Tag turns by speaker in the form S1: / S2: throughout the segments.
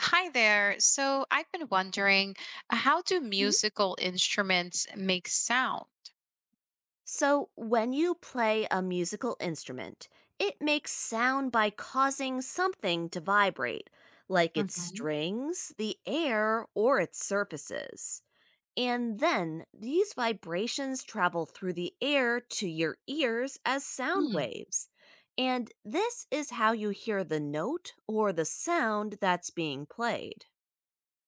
S1: Hi there. So I've been wondering, how do
S2: Mhm.
S1: musical instruments make sound?
S2: So, when you play a musical instrument, it makes sound by causing something to vibrate, like its
S1: Hmm.
S2: strings, the air, or its surfaces. And then these vibrations travel through the air to your ears as sound
S1: Hmm.
S2: waves. And this is how you hear the note or the sound that's being played.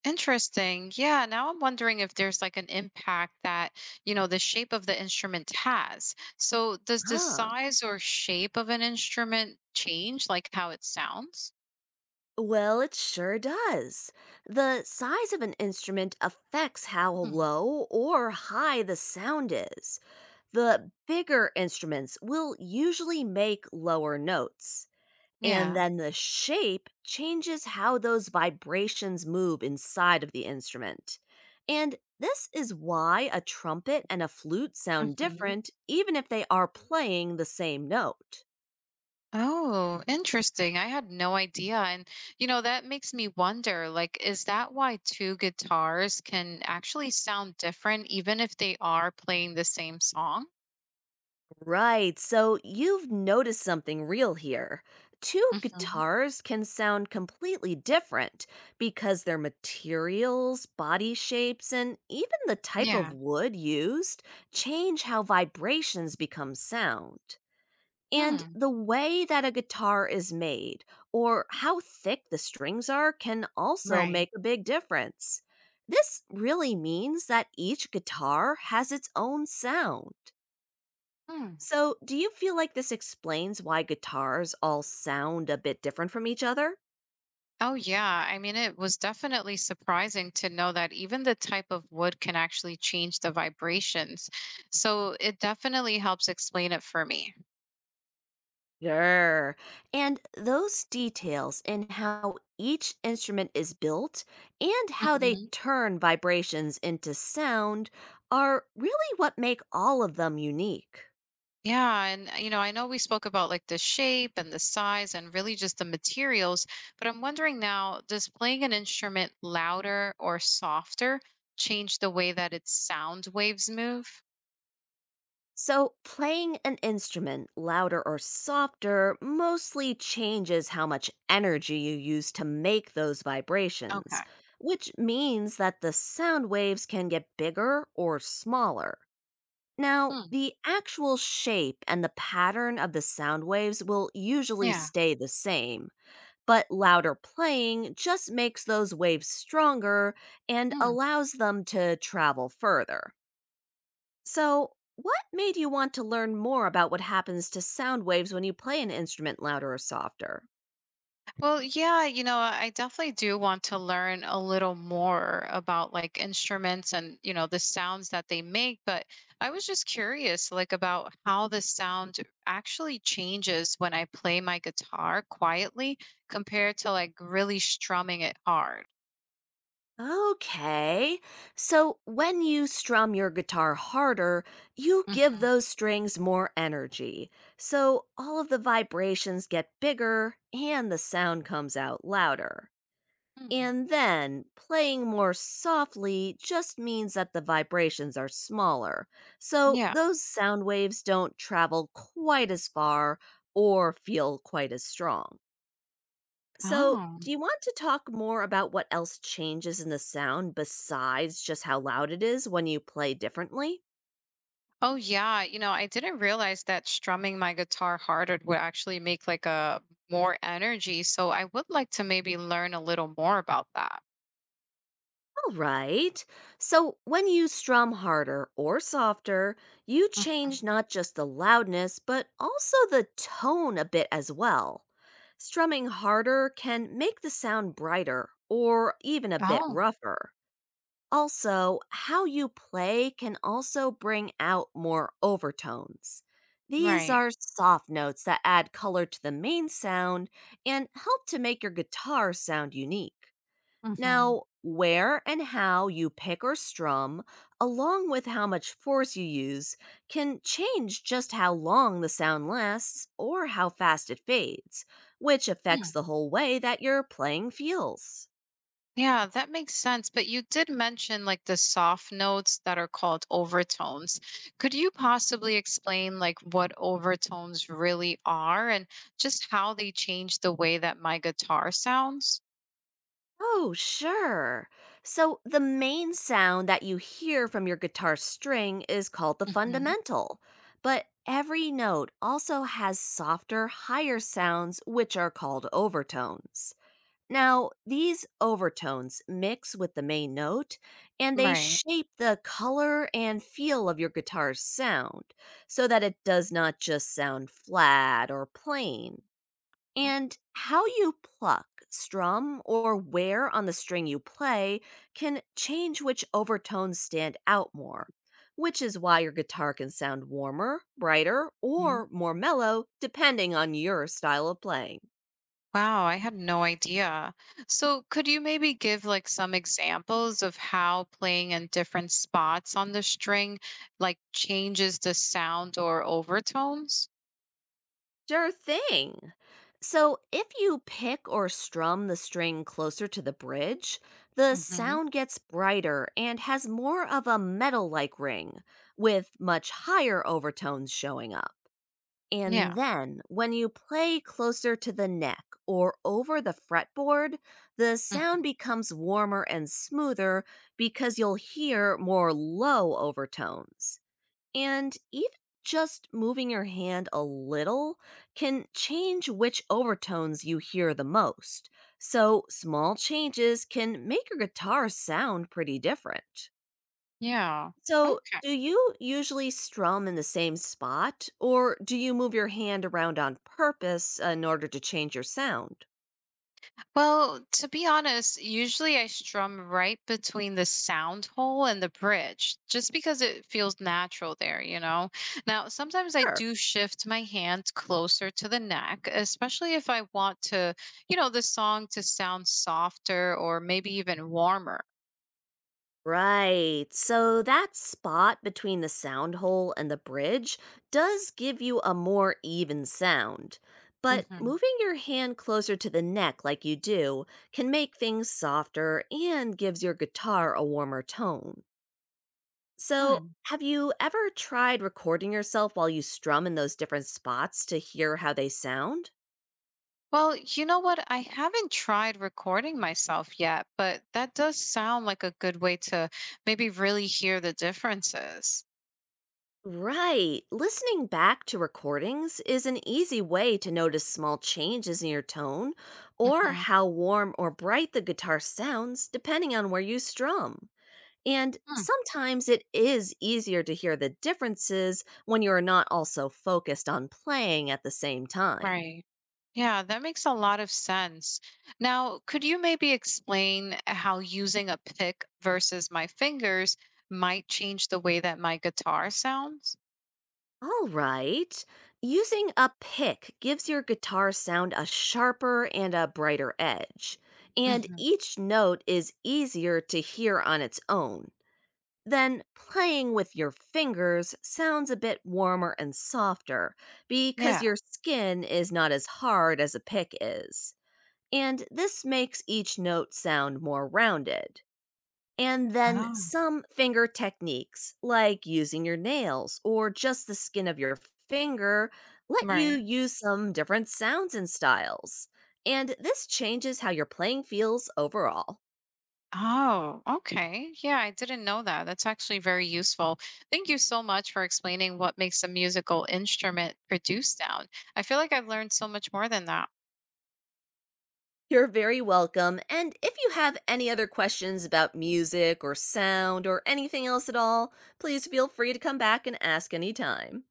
S1: Interesting. Yeah, now I'm wondering if there's like an impact that, the shape of the instrument has. So does the
S2: Huh?
S1: size or shape of an instrument change like how it sounds?
S2: Well, it sure does. The size of an instrument affects how
S1: Hmm.
S2: low or high the sound is. The bigger instruments will usually make lower notes, and
S1: Yeah.
S2: then the shape changes how those vibrations move inside of the instrument. And this is why a trumpet and a flute sound different, even if they are playing the same note.
S1: Oh, interesting. I had no idea. And, that makes me wonder, like, is that why two guitars can actually sound different, even if they are playing the same song?
S2: Right, so you've noticed something real here. Two
S1: Hmm.
S2: guitars can sound completely different because their materials, body shapes, and even the type
S1: Yeah.
S2: of wood used change how vibrations become sound. And
S1: Hmm.
S2: the way that a guitar is made or how thick the strings are can also
S1: Right.
S2: make a big difference. This really means that each guitar has its own sound.
S1: Hmm.
S2: So, do you feel like this explains why guitars all sound a bit different from each other?
S1: Oh, yeah. I mean, it was definitely surprising to know that even the type of wood can actually change the vibrations. So it definitely helps explain it for me.
S2: Sure. And those details in how each instrument is built and how they turn vibrations into sound are really what make all of them unique.
S1: Yeah, and I know we spoke about like the shape and the size and really just the materials, but I'm wondering now, does playing an instrument louder or softer change the way that its sound waves move?
S2: So, playing an instrument louder or softer mostly changes how much energy you use to make those
S1: Okay.
S2: vibrations, which means that the sound waves can get bigger or smaller. Now,
S1: Hmm.
S2: the actual shape and the pattern of the sound waves will usually
S1: Yeah.
S2: stay the same, but louder playing just makes those waves stronger and allows them to travel further. So, what made you want to learn more about what happens to sound waves when you play an instrument louder or softer?
S1: Well, yeah, I definitely do want to learn a little more about like instruments and, the sounds that they make. But I was just curious, like, about how the sound actually changes when I play my guitar quietly compared to like really strumming it hard.
S2: Okay, so when you strum your guitar harder, you give
S1: Hmm.
S2: those strings more energy. So all of the vibrations get bigger and the sound comes out louder. And then playing more softly just means that the vibrations are smaller, so
S1: Yeah.
S2: those sound waves don't travel quite as far or feel quite as strong. So,
S1: Oh.
S2: do you want to talk more about what else changes in the sound besides just how loud it is when you play differently?
S1: Oh, yeah. I didn't realize that strumming my guitar harder would actually make like a more energy. So I would like to maybe learn a little more about that.
S2: All right. So when you strum harder or softer, you
S1: Hmm.
S2: change not just the loudness, but also the tone a bit as well. Strumming harder can make the sound brighter or even a bit
S1: Oh,
S2: rougher. Also, how you play can also bring out more overtones. These
S1: right.
S2: are soft notes that add color to the main sound and help to make your guitar sound unique.
S1: Mm-hmm.
S2: Now, where and how you pick or strum, along with how much force you use, can change just how long the sound lasts or how fast it fades, which affects
S1: Hmm.
S2: the whole way that your playing feels.
S1: Yeah, that makes sense. But you did mention like the soft notes that are called overtones. Could you possibly explain like what overtones really are and just how they change the way that my guitar sounds?
S2: Oh, sure. So, the main sound that you hear from your guitar string is called the
S1: Hmm.
S2: fundamental, but every note also has softer, higher sounds, which are called overtones. Now, these overtones mix with the main note and they
S1: Right.
S2: shape the color and feel of your guitar's sound so that it does not just sound flat or plain. And how you pluck, strum, or where on the string you play can change which overtones stand out more, which is why your guitar can sound warmer, brighter, or more mellow depending on your style of playing.
S1: Wow, I had no idea. So, could you maybe give like some examples of how playing in different spots on the string like changes the sound or overtones?
S2: Sure thing. So, if you pick or strum the string closer to the bridge, the
S1: Hmm.
S2: sound gets brighter and has more of a metal like ring, with much higher overtones showing up.
S1: Yeah.
S2: And then, when you play closer to the neck or over the fretboard, the
S1: Mm.
S2: sound becomes warmer and smoother because you'll hear more low overtones. And even just moving your hand a little can change which overtones you hear the most. So, small changes can make your guitar sound pretty different.
S1: Yeah.
S2: So,
S1: Okay.
S2: do you usually strum in the same spot, or do you move your hand around on purpose in order to change your sound?
S1: Well, to be honest, usually I strum right between the sound hole and the bridge just because it feels natural there, you know? Now, sometimes I
S2: Sure.
S1: do shift my hand closer to the neck, especially if I want to, the song to sound softer or maybe even warmer.
S2: Right. So that spot between the sound hole and the bridge does give you a more even sound. But
S1: Hmm.
S2: moving your hand closer to the neck like you do can make things softer and gives your guitar a warmer tone. So,
S1: Hmm.
S2: have you ever tried recording yourself while you strum in those different spots to hear how they sound?
S1: Well, you know what? I haven't tried recording myself yet, but that does sound like a good way to maybe really hear the differences.
S2: Right. Listening back to recordings is an easy way to notice small changes in your tone or
S1: Hmm.
S2: how warm or bright the guitar sounds, depending on where you strum. And sometimes it is easier to hear the differences when you are not also focused on playing at the same time.
S1: Right. Yeah, that makes a lot of sense. Now, could you maybe explain how using a pick versus my fingers might change the way that my guitar sounds?
S2: All right. Using a pick gives your guitar sound a sharper and a brighter edge, and
S1: Hmm.
S2: each note is easier to hear on its own. Then playing with your fingers sounds a bit warmer and softer because
S1: Yeah.
S2: your skin is not as hard as a pick is. And this makes each note sound more rounded. And then
S1: Oh.
S2: some finger techniques, like using your nails or just the skin of your finger, let you
S1: Right.
S2: use some different sounds and styles. And this changes how your playing feels overall.
S1: Oh, okay. Yeah, I didn't know that. That's actually very useful. Thank you so much for explaining what makes a musical instrument produce sound. I feel like I've learned so much more than that.
S2: You're very welcome. And if you have any other questions about music or sound or anything else at all, please feel free to come back and ask anytime.